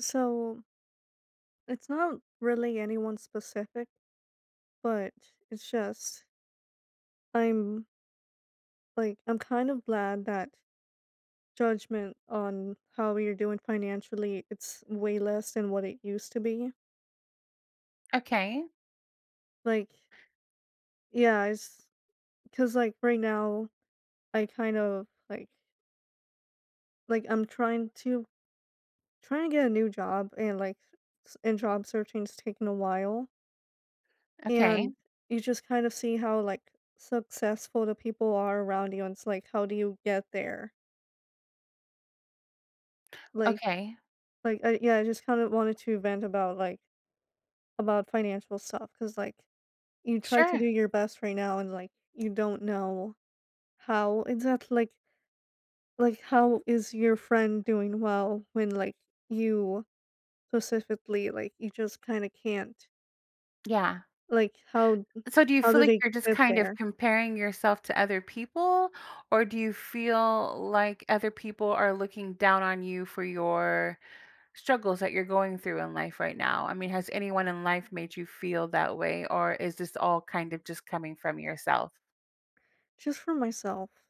So it's not really anyone specific, but it's just I'm like I'm kind of glad that judgment on how you're doing financially it's way less than what it used to be. Okay, Like yeah, it's Because right now I kind of I'm trying to get a new job, and job searching's taking a while. okay, And you just kind of see how, like, successful the people are around you, and it's like, how do you get there? Like okay. Yeah, I just kind of wanted to vent about, about financial stuff, cause like, you try to Sure. do your best right now and, like, you don't know how exactly like, how is your friend doing well when, like, you specifically, like, you just kinda can't? Yeah. Like, how So do you how feel do like they you're just get kind of there? comparing yourself to other people, or do you feel like other people are looking down on you for your struggles that you're going through in life right now? I mean, has anyone in life made you feel that way, or is this all kind of just coming from yourself? Just for myself.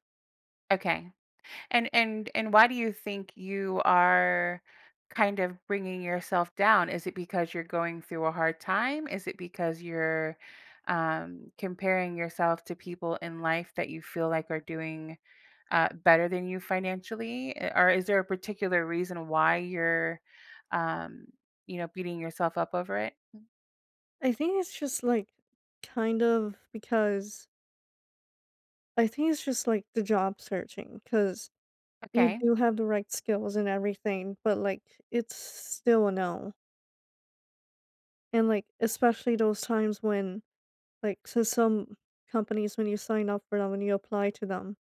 Okay. And why do you think you are kind of bringing yourself down? Is it because you're going through a hard time? Is it because you're comparing yourself to people in life that you feel like are doing better than you financially? Or is there a particular reason why you're, um, beating yourself up over it? I think it's just, like, kind of because I think it's just, like, the job searching, because you Okay, do have the right skills and everything, but, like, it's still a no. And, like, especially those times when, some companies, when you sign up for them, when you apply to them,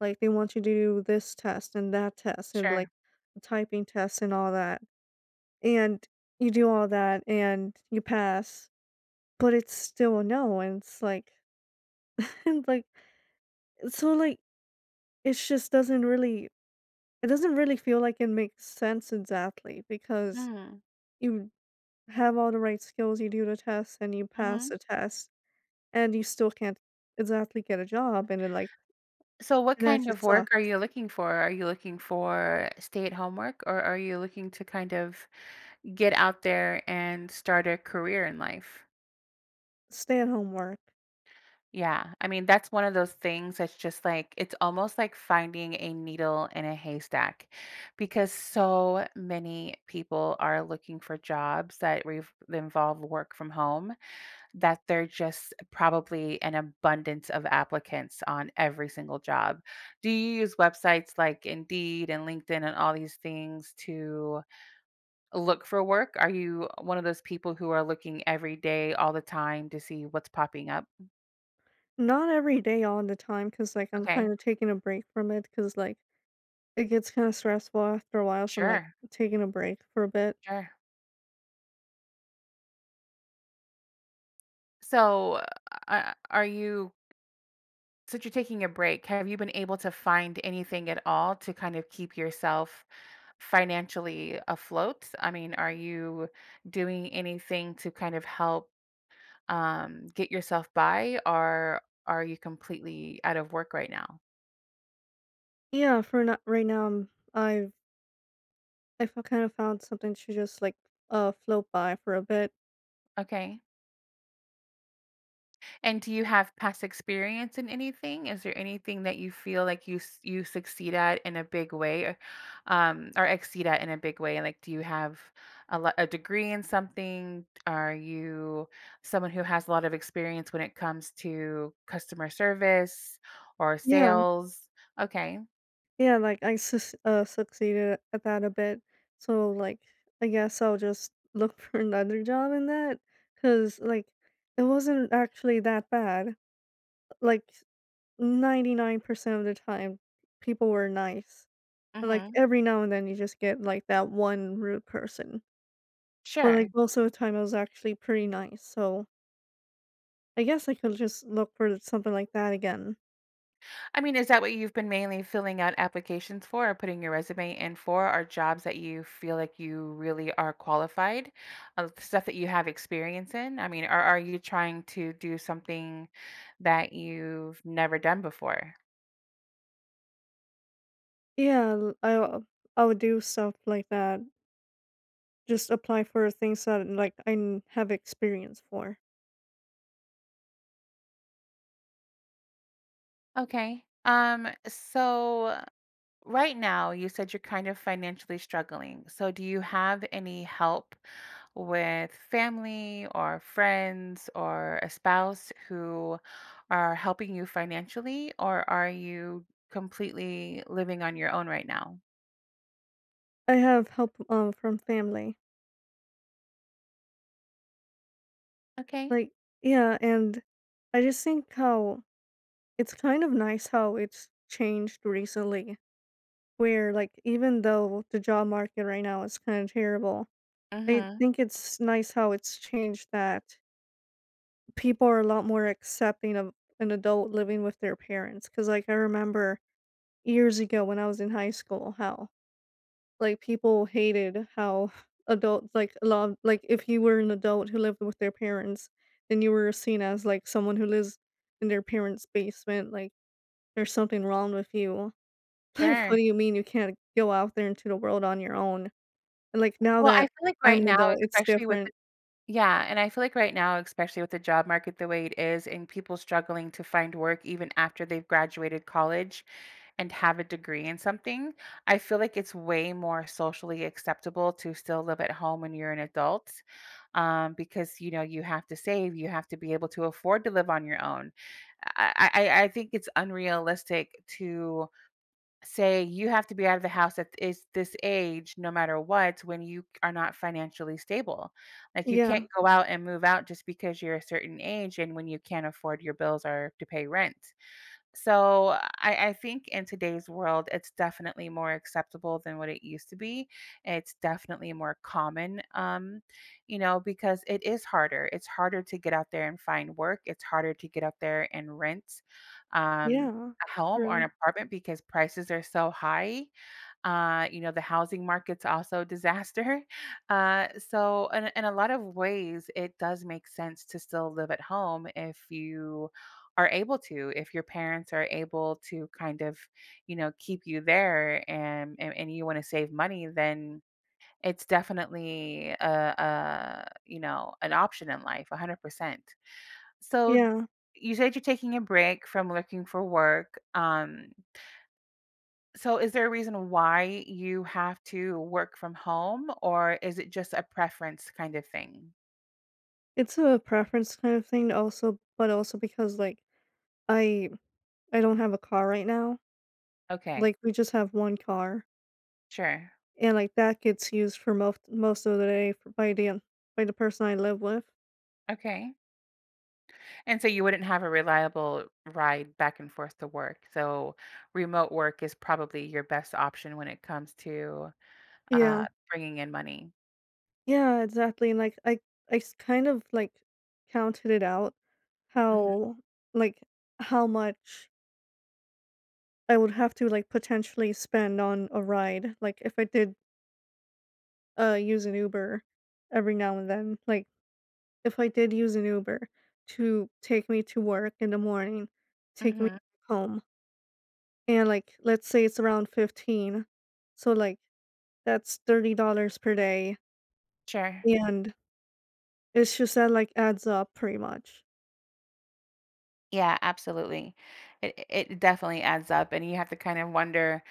like, they want you to do this test and that test and, like, sure. a typing tests and all that, and you do all that and you pass, but it's still a no. And it's like and, so, like it just doesn't really feel like it makes sense exactly, because hmm you have all the right skills, you do the test, and you pass hmm the test, and you still can't exactly get a job, and then, like So, what and that kind of just work are sucks. you looking for? Are you looking for stay at home work or are you looking to kind of get out there and start a career in life? Stay-at-home work. Yeah, I mean, that's one of those things that's just like it's almost like finding a needle in a haystack because so many people are looking for jobs that that involve work from home that they just probably an abundance of applicants on every single job. Do you use websites like Indeed and LinkedIn and all these things to look for work? Are you one of those people who are looking every day, all the time to see what's popping up? Not every day all the time, cause like, I'm Okay. kinda taking a break from it, cause like, it gets kinda stressful after a while, so I'm, like, Sure. taking a break for a bit. Sure. So, are you since you're taking a break, have you been able to find anything at all to kind of keep yourself financially afloat? I mean, are you doing anything to kind of help get yourself by, or are you completely out of work right now? Yeah, for not right now, I've kinda found something to just, like, float by for a bit. Okay. And do you have past experience in anything? Is there anything that you feel like you succeed at in a big way, or exceed at in a big way? Like, do you have a degree in something? Are you someone who has a lot of experience when it comes to customer service or Yeah. sales? Okay. Yeah, like I sus succeeded at that a bit. So I guess I'll just look for another job in that, cause like, it wasn't actually that bad. Like, 99% of the time people were nice. And like Mm-hmm. every now and then you just get like that one rude person. But Sure. like most of the time I was actually pretty nice. So I guess I could just look for something like that again. I mean, is that what you've been mainly filling out applications for or putting your resume in for are jobs that you feel like you really are qualified, stuff that you have experience in? I mean, are you trying to do something that you've never done before? Yeah, I would do stuff like that. Just apply for things that, like, I n have experience for. Okay. So right now, you said you're kind of financially struggling. So, do you have any help with family or friends or a spouse who are helping you financially, or are you completely living on your own right now? I have help, from family. Okay. Like yeah, and I just think how it's kind of nice how it's changed recently, where, like, even though the job market right now is kinda terrible, I Mm-hmm. think it's nice how it's changed that people are a lot more accepting of an adult living with their parents. Cause like, I remember years ago when I was in high school how people hated how adults like, a lot of- like, if you were an adult who lived with their parents, then you were seen as, like, someone who lives in their parents' basement, like, "There's something wrong with you." Like, "What Sure. do you mean you can't go out there into the world on your own?" And, like, now Well, I that feel like I'm right an now, adult, it's especially with the different. yeah, and I feel like right now, especially with the job market the way it is, and people struggling to find work even after they've graduated college and have a degree in something, I feel like it's way more socially acceptable to still live at home when you're an adult, because you know you have to save, you have to be able to afford to live on your own. I think it's unrealistic to say you have to be out of the house at is this age no matter what when you are not financially stable like you, right, Yeah. can't go out and move out just because you're a certain age and when you can't afford your bills or to pay rent. So I think in today's world, it's definitely more acceptable than what it used to be. It's definitely more common, because it is harder. It's harder to get out there and find work. It's harder to get out there and rent um, Yeah. a home or an True. apartment because prices are so high. The housing market's also a disaster. So in a lot of ways, it does make sense to still live at home if you are able to, if your parents are able to kind of, keep you there and and you want to save money, then it's definitely a you know an option in life 100%. So Yeah. you said you're taking a break from looking for work so is there a reason why you have to work from home, or is it just a preference kind of thing? It's a preference kind of thing, also but also because, like, I I don't have a car right now. Okay, Like, we just have 1 car. sure. And, like, that gets used for most of the day for by the person I live with. Okay. And so you wouldn't have a reliable ride back and forth to work. So remote work is probably your best option when it comes to Yeah. uh, bringing in money. Yeah, exactly, and, like, I s kind of, like, counted it out hmm how like, how much I would have to, like, potentially spend on a ride, like, if I did, use an Uber every now and then. Like, if I did use an Uber to take me to work in the morning, take me hmm home, and, like, let's say it's around 15, so, like, that's $30 per day, Sure. and it's just that, like, adds up pretty much. Yeah, absolutely. It definitely adds up, and you have to kind of wonder,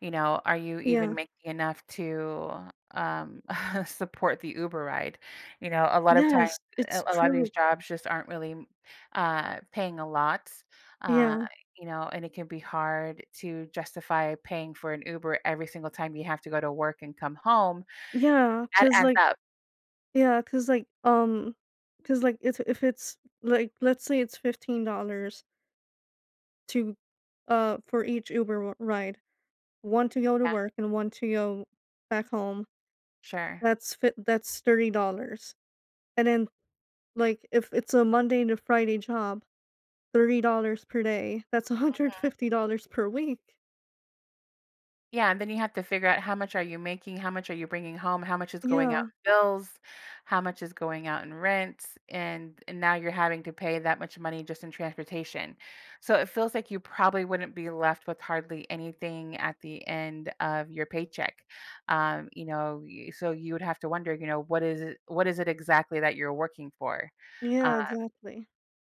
you know, are you Yeah. even making enough to, support the Uber ride? You know, a lot of times, Yes, a it's a lot of these true. jobs just aren't really, paying a lot, uh, Yeah, and it can be hard to justify paying for an Uber every single time you have to go to work and come home. Yeah, That cause adds like up. yeah, cause like, if it's like, let's say it's $15 to for each Uber w ride, 1 to go to Yeah, work and 1 to go back home, sure. that's fit. That's $30. And then, like, if it's a Monday to Friday job, $30 per day, that's $150 per week. Yeah, and then you have to figure out how much are you making, how much are you bringing home, how much is going out Yeah. in bills, how much is going out in rent, and now you're having to pay that much money just in transportation. So it feels like you probably wouldn't be left with hardly anything at the end of your paycheck. So you would have to wonder, what is it exactly that you're working for? Uh, Yeah, exactly.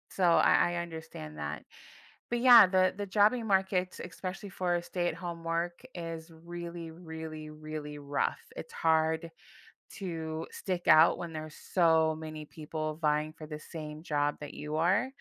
so I understand that. But yeah, the jobbing market, especially for stay-at-home work, is really, really, really rough. It's hard to stick out when there's so many people vying for the same job that you are.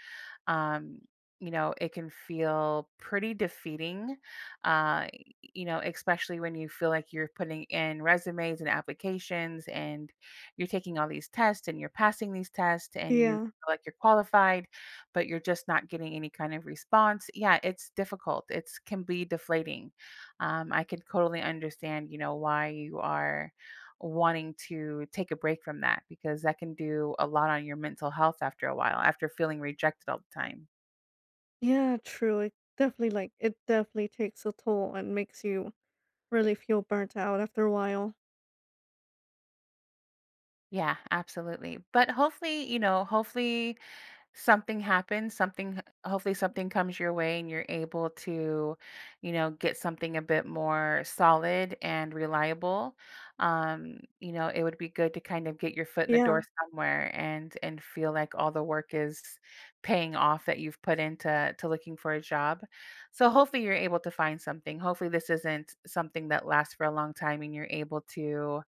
um, it can feel pretty defeating, uh, especially when you feel like you're putting in resumes and applications and you're taking all these tests and you're passing these tests and you Yeah. feel like you're qualified, but you're just not getting any kind of response. Yeah, it's difficult. It's can be deflating. I can totally understand, why you are wanting to take a break from that because that can do a lot on your mental health after a while, after feeling rejected all the time. Yeah, true. It definitely takes a toll and makes you really feel burnt out after a while. Yeah, absolutely. But hopefully, you know, hopefully something happens something hopefully something comes your way and you're able to get something a bit more solid and reliable. It would be good to kind of get your foot in the Yeah. door somewhere and feel like all the work is paying off that you've put into to looking for a job. So hopefully you're able to find something. Hopefully this isn't something that lasts for a long time and you're able to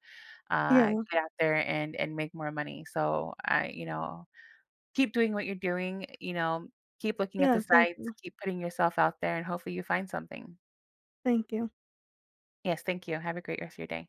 Yeah. get out there and make more money. So I keep doing what you're doing, keep looking at Yeah, the thank sites, you. keep putting yourself out there, and hopefully you find something. Thank you. Yes, thank you. Have a great rest of your day.